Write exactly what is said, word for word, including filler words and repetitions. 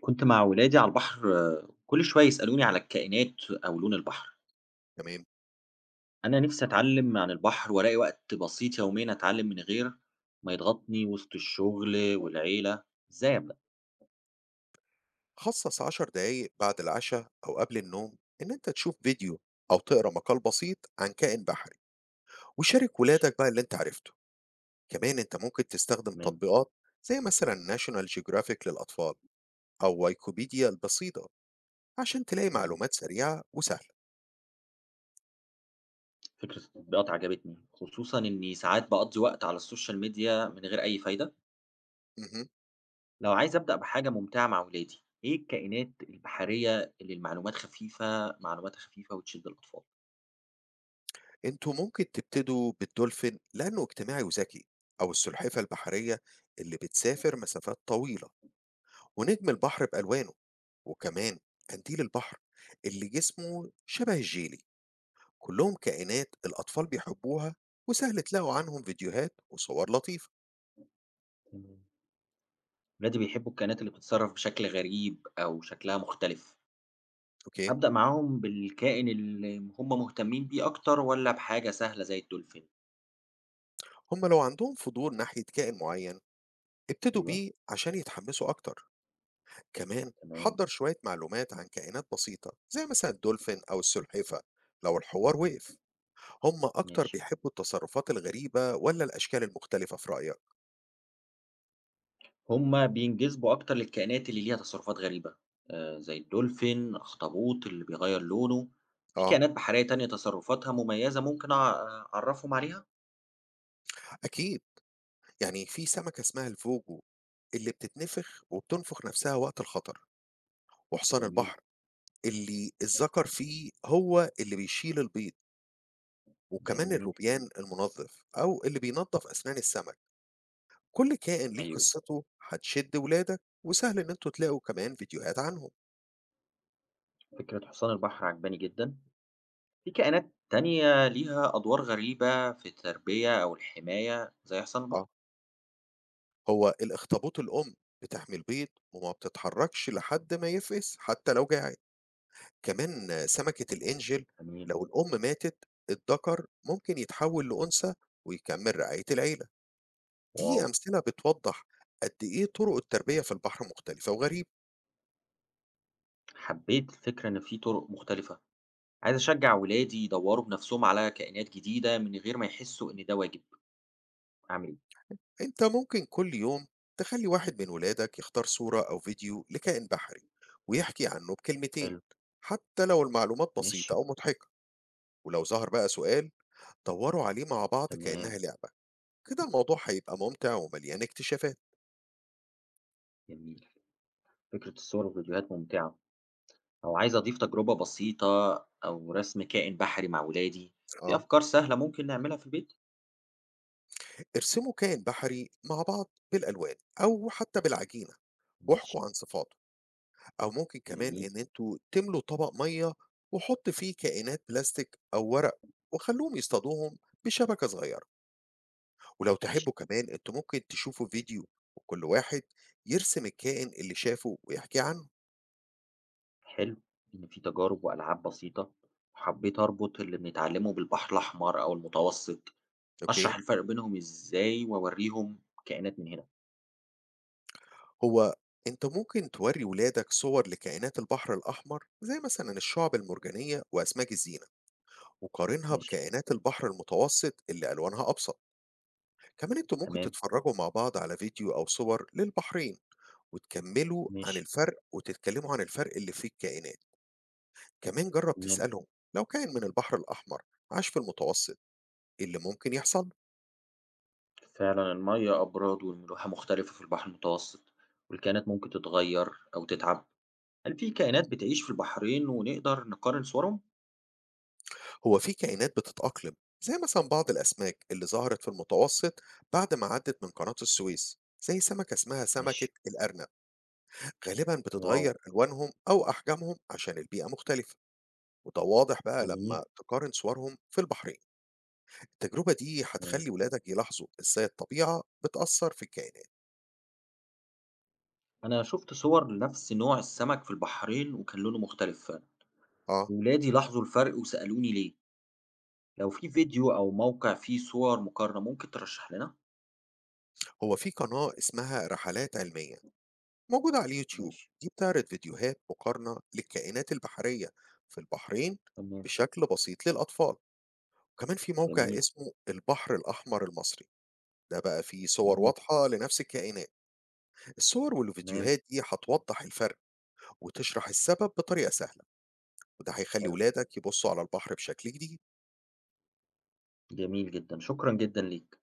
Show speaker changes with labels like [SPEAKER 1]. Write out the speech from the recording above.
[SPEAKER 1] كنت مع ولادي على البحر آه، كل شوية يسألوني على الكائنات أو لون البحر.
[SPEAKER 2] تمام.
[SPEAKER 1] أنا نفسي أتعلم عن البحر وألاقي وقت بسيط يوميا أتعلم من غير ما يضغطني وسط الشغل والعيلة. إزاي أبدأ؟
[SPEAKER 2] خصص عشر دقايق بعد العشاء أو قبل النوم إن أنت تشوف فيديو أو تقرأ مقال بسيط عن كائن بحري، وشارك ولادك بقى اللي أنت عرفته. كمان أنت ممكن تستخدم
[SPEAKER 1] تمام.
[SPEAKER 2] تطبيقات زي مثلا ناشونال جيوغرافيك للأطفال أو وايكوبيديا البسيطة عشان تلاقي معلومات سريعة وسهلة.
[SPEAKER 1] فكرة التطبيقات عجبتني خصوصا إني ساعات بقضي وقت على السوشيال ميديا من غير أي فايدة.
[SPEAKER 2] مهم.
[SPEAKER 1] لو عايز أبدأ بحاجة ممتعة مع ولادي إيه الكائنات البحرية اللي المعلومات خفيفة معلوماتها خفيفة وتشد الأطفال؟
[SPEAKER 2] انتوا ممكن تبتدوا بالدولفين لأنه اجتماعي وذكي، أو السلحفة البحرية اللي بتسافر مسافات طويلة، ونجم البحر بألوانه، وكمان قنديل البحر اللي جسمه شبه الجيلي. كلهم كائنات الأطفال بيحبوها وسهل تلاقوا عنهم فيديوهات وصور لطيفة.
[SPEAKER 1] تمام. ولادي بيحبوا الكائنات اللي بتتصرف بشكل غريب أو شكلها مختلف.
[SPEAKER 2] أوكي.
[SPEAKER 1] أبدأ معاهم بالكائن اللي هم مهتمين بيه أكتر والّا بحاجة سهلة زي الدولفين؟
[SPEAKER 2] هما لو عندهم فضول ناحية كائن معين ابتدوا
[SPEAKER 1] أيوه،
[SPEAKER 2] بيه عشان يتحمسوا أكتر. كمان
[SPEAKER 1] تمام.
[SPEAKER 2] حضر شوية معلومات عن كائنات بسيطة زي مثلا الدولفين أو السلحفة. لو الحوار وقف، هم أكتر
[SPEAKER 1] ماشي.
[SPEAKER 2] بيحبوا التصرفات الغريبة ولا الأشكال المختلفة في رأيك؟
[SPEAKER 1] هم بينجذبوا أكتر للكائنات اللي ليها تصرفات غريبة، آآ زي الدولفين، أخطبوط اللي بيغيّر لونه، في
[SPEAKER 2] آه
[SPEAKER 1] كائنات بحرية تانية تصرفاتها مميزة ممكن أع أعرّفهم عليها؟
[SPEAKER 2] أكيد. يعني في سمكة اسمها الفوجو اللي بتتنفخ وبتنفخ نفسها وقت الخطر، وحصان
[SPEAKER 1] جميل،
[SPEAKER 2] البحر اللي الذكر فيه هو اللي بيشيل البيض، وكمان
[SPEAKER 1] جميل.
[SPEAKER 2] الروبيان المنظف أو اللي بينظف أسنان السمك. كل كائن ليه
[SPEAKER 1] أيوه،
[SPEAKER 2] قصته، هتشد ولادك وسهل إن انتوا تلاقوا كمان فيديوهات عنهم.
[SPEAKER 1] فكرة حصان البحر عاجباني جدًا. في كائنات تانية ليها أدوار غريبة في التربية أو الحماية زي حصان البحر؟
[SPEAKER 2] آه، هو الأخطبوط الأم بتحمل البيض وما بتتحركش لحد ما يفقس حتى لو جاعت. كمان سمكة الإنجل،
[SPEAKER 1] جميل،
[SPEAKER 2] لو الأم ماتت الذكر ممكن يتحول لأنثى ويكمل رعاية العيلة. دي
[SPEAKER 1] واو!
[SPEAKER 2] أمثلة بتوضح قد إيه طرق التربية في البحر مختلفة وغريبة.
[SPEAKER 1] حبيت الفكرة إن في طرق مختلفة، عايز أشجع ولادي يدوروا بنفسهم على كائنات جديدة من غير ما يحسوا إن ده واجب، أعمل إيه؟
[SPEAKER 2] أنت ممكن كل يوم تخلي واحد من ولادك يختار صورة أو فيديو لكائن بحري ويحكي عنه بكلمتين،
[SPEAKER 1] حلو.
[SPEAKER 2] حتى لو المعلومات بسيطة
[SPEAKER 1] ماشي.
[SPEAKER 2] أو مضحكة. ولو ظهر بقى سؤال، دوروا عليه مع بعض كأنها
[SPEAKER 1] تمام.
[SPEAKER 2] لعبة. كده الموضوع هيبقى ممتع ومليان اكتشافات.
[SPEAKER 1] جميل، فكرة الصور والفيديوهات ممتعة، لو عايز أضيف تجربة بسيطة أو رسم كائن بحري مع ولادي، في
[SPEAKER 2] اه،
[SPEAKER 1] أفكار سهلة ممكن نعملها في البيت؟
[SPEAKER 2] ارسموا كائن بحري مع بعض بالالوان او حتى بالعجينه،
[SPEAKER 1] ماشي.
[SPEAKER 2] واحكوا عن صفاته. او ممكن كمان
[SPEAKER 1] جميل.
[SPEAKER 2] ان انتوا تملوا طبق ميه وحط فيه كائنات بلاستيك او ورق وخلوهم يصطادوهم بشبكه صغيره. ولو
[SPEAKER 1] ماشي.
[SPEAKER 2] تحبوا كمان انتوا ممكن تشوفوا فيديو، وكل واحد يرسم الكائن اللي شافه ويحكي عنه.
[SPEAKER 1] حلو. إن في تجارب وألعاب بسيطة، وحبيت أربط اللي بنتعلمه بالبحر الأحمر أو المتوسط، أشرح
[SPEAKER 2] اوكي.
[SPEAKER 1] الفرق بينهم إزاي وأوريهم كائنات من هنا،
[SPEAKER 2] هو انت ممكن توري ولادك صور لكائنات البحر الاحمر زي مثلا الشعب المرجانيه واسماك الزينة، وقارنها
[SPEAKER 1] ماشي.
[SPEAKER 2] بكائنات البحر المتوسط اللي ألوانها أبسط. كمان انتوا ممكن
[SPEAKER 1] تمام،
[SPEAKER 2] تتفرجوا مع بعض على فيديو أو صور للبحرين، وتكملوا عن
[SPEAKER 1] ماشي،
[SPEAKER 2] الفرق وتتكلموا عن الفرق اللي في الكائنات. كمان جرب
[SPEAKER 1] تمام.
[SPEAKER 2] تسألهم، لو كائن من البحر الأحمر عاش في المتوسط إيه اللي ممكن يحصل.
[SPEAKER 1] فعلًا المَيّة أبراج والملوحة مختلفة في البحر المتوسط، والكائنات ممكن تتغيّر أو تتعب. هل في كائنات بتعيش في البحرين ونقدر نقارن صورهم؟
[SPEAKER 2] هو في كائنات بتتأقلم، زي مثلا بعض الأسماك اللي ظهرت في المتوسط بعد ما عدت من قناة السويس، زي سمكة اسمها سمكة
[SPEAKER 1] ماشي،
[SPEAKER 2] الأرنب. غالبا
[SPEAKER 1] واو!
[SPEAKER 2] بتتغير ألوانهم أو أحجامهم عشان البيئة مختلفة، وده واضح بقى
[SPEAKER 1] جميل،
[SPEAKER 2] لما تقارن صورهم في البحرين. التجربة دي
[SPEAKER 1] تمام.
[SPEAKER 2] هتخلي ولادك يلاحظوا ازاي الطبيعة بتأثر في الكائنات.
[SPEAKER 1] أنا شُفت صور لنفس نوع السمك في البحرين وكان لونه مختلف فعلًا،
[SPEAKER 2] اه،
[SPEAKER 1] وولادي لاحظوا الفرق وسألوني ليه. لو في فيديو أو موقع فيه صور مقارنة ممكن ترشّح لنا؟
[SPEAKER 2] هو في قناة اسمها رحلات علمية موجودة على اليوتيوب،
[SPEAKER 1] ماشي،
[SPEAKER 2] دي بتعرض فيديوهات مقارنة للكائنات البحرية في البحرين
[SPEAKER 1] تمام،
[SPEAKER 2] بشكل بسيط للأطفال. وكمان في موقع
[SPEAKER 1] جميل،
[SPEAKER 2] اسمه البحر الأحمر المصري، ده بقى فيه صور
[SPEAKER 1] جميل،
[SPEAKER 2] واضحة لنفس الكائنات. الصور
[SPEAKER 1] تمام،
[SPEAKER 2] والفيديوهات دي هتوضح الفرق وتشرح السبب بطريقة سهلة، وده هيخلي
[SPEAKER 1] حلو،
[SPEAKER 2] ولادك يبصوا على البحر بشكل جديد.
[SPEAKER 1] جميل جدًا، شكرًا جدًا ليك.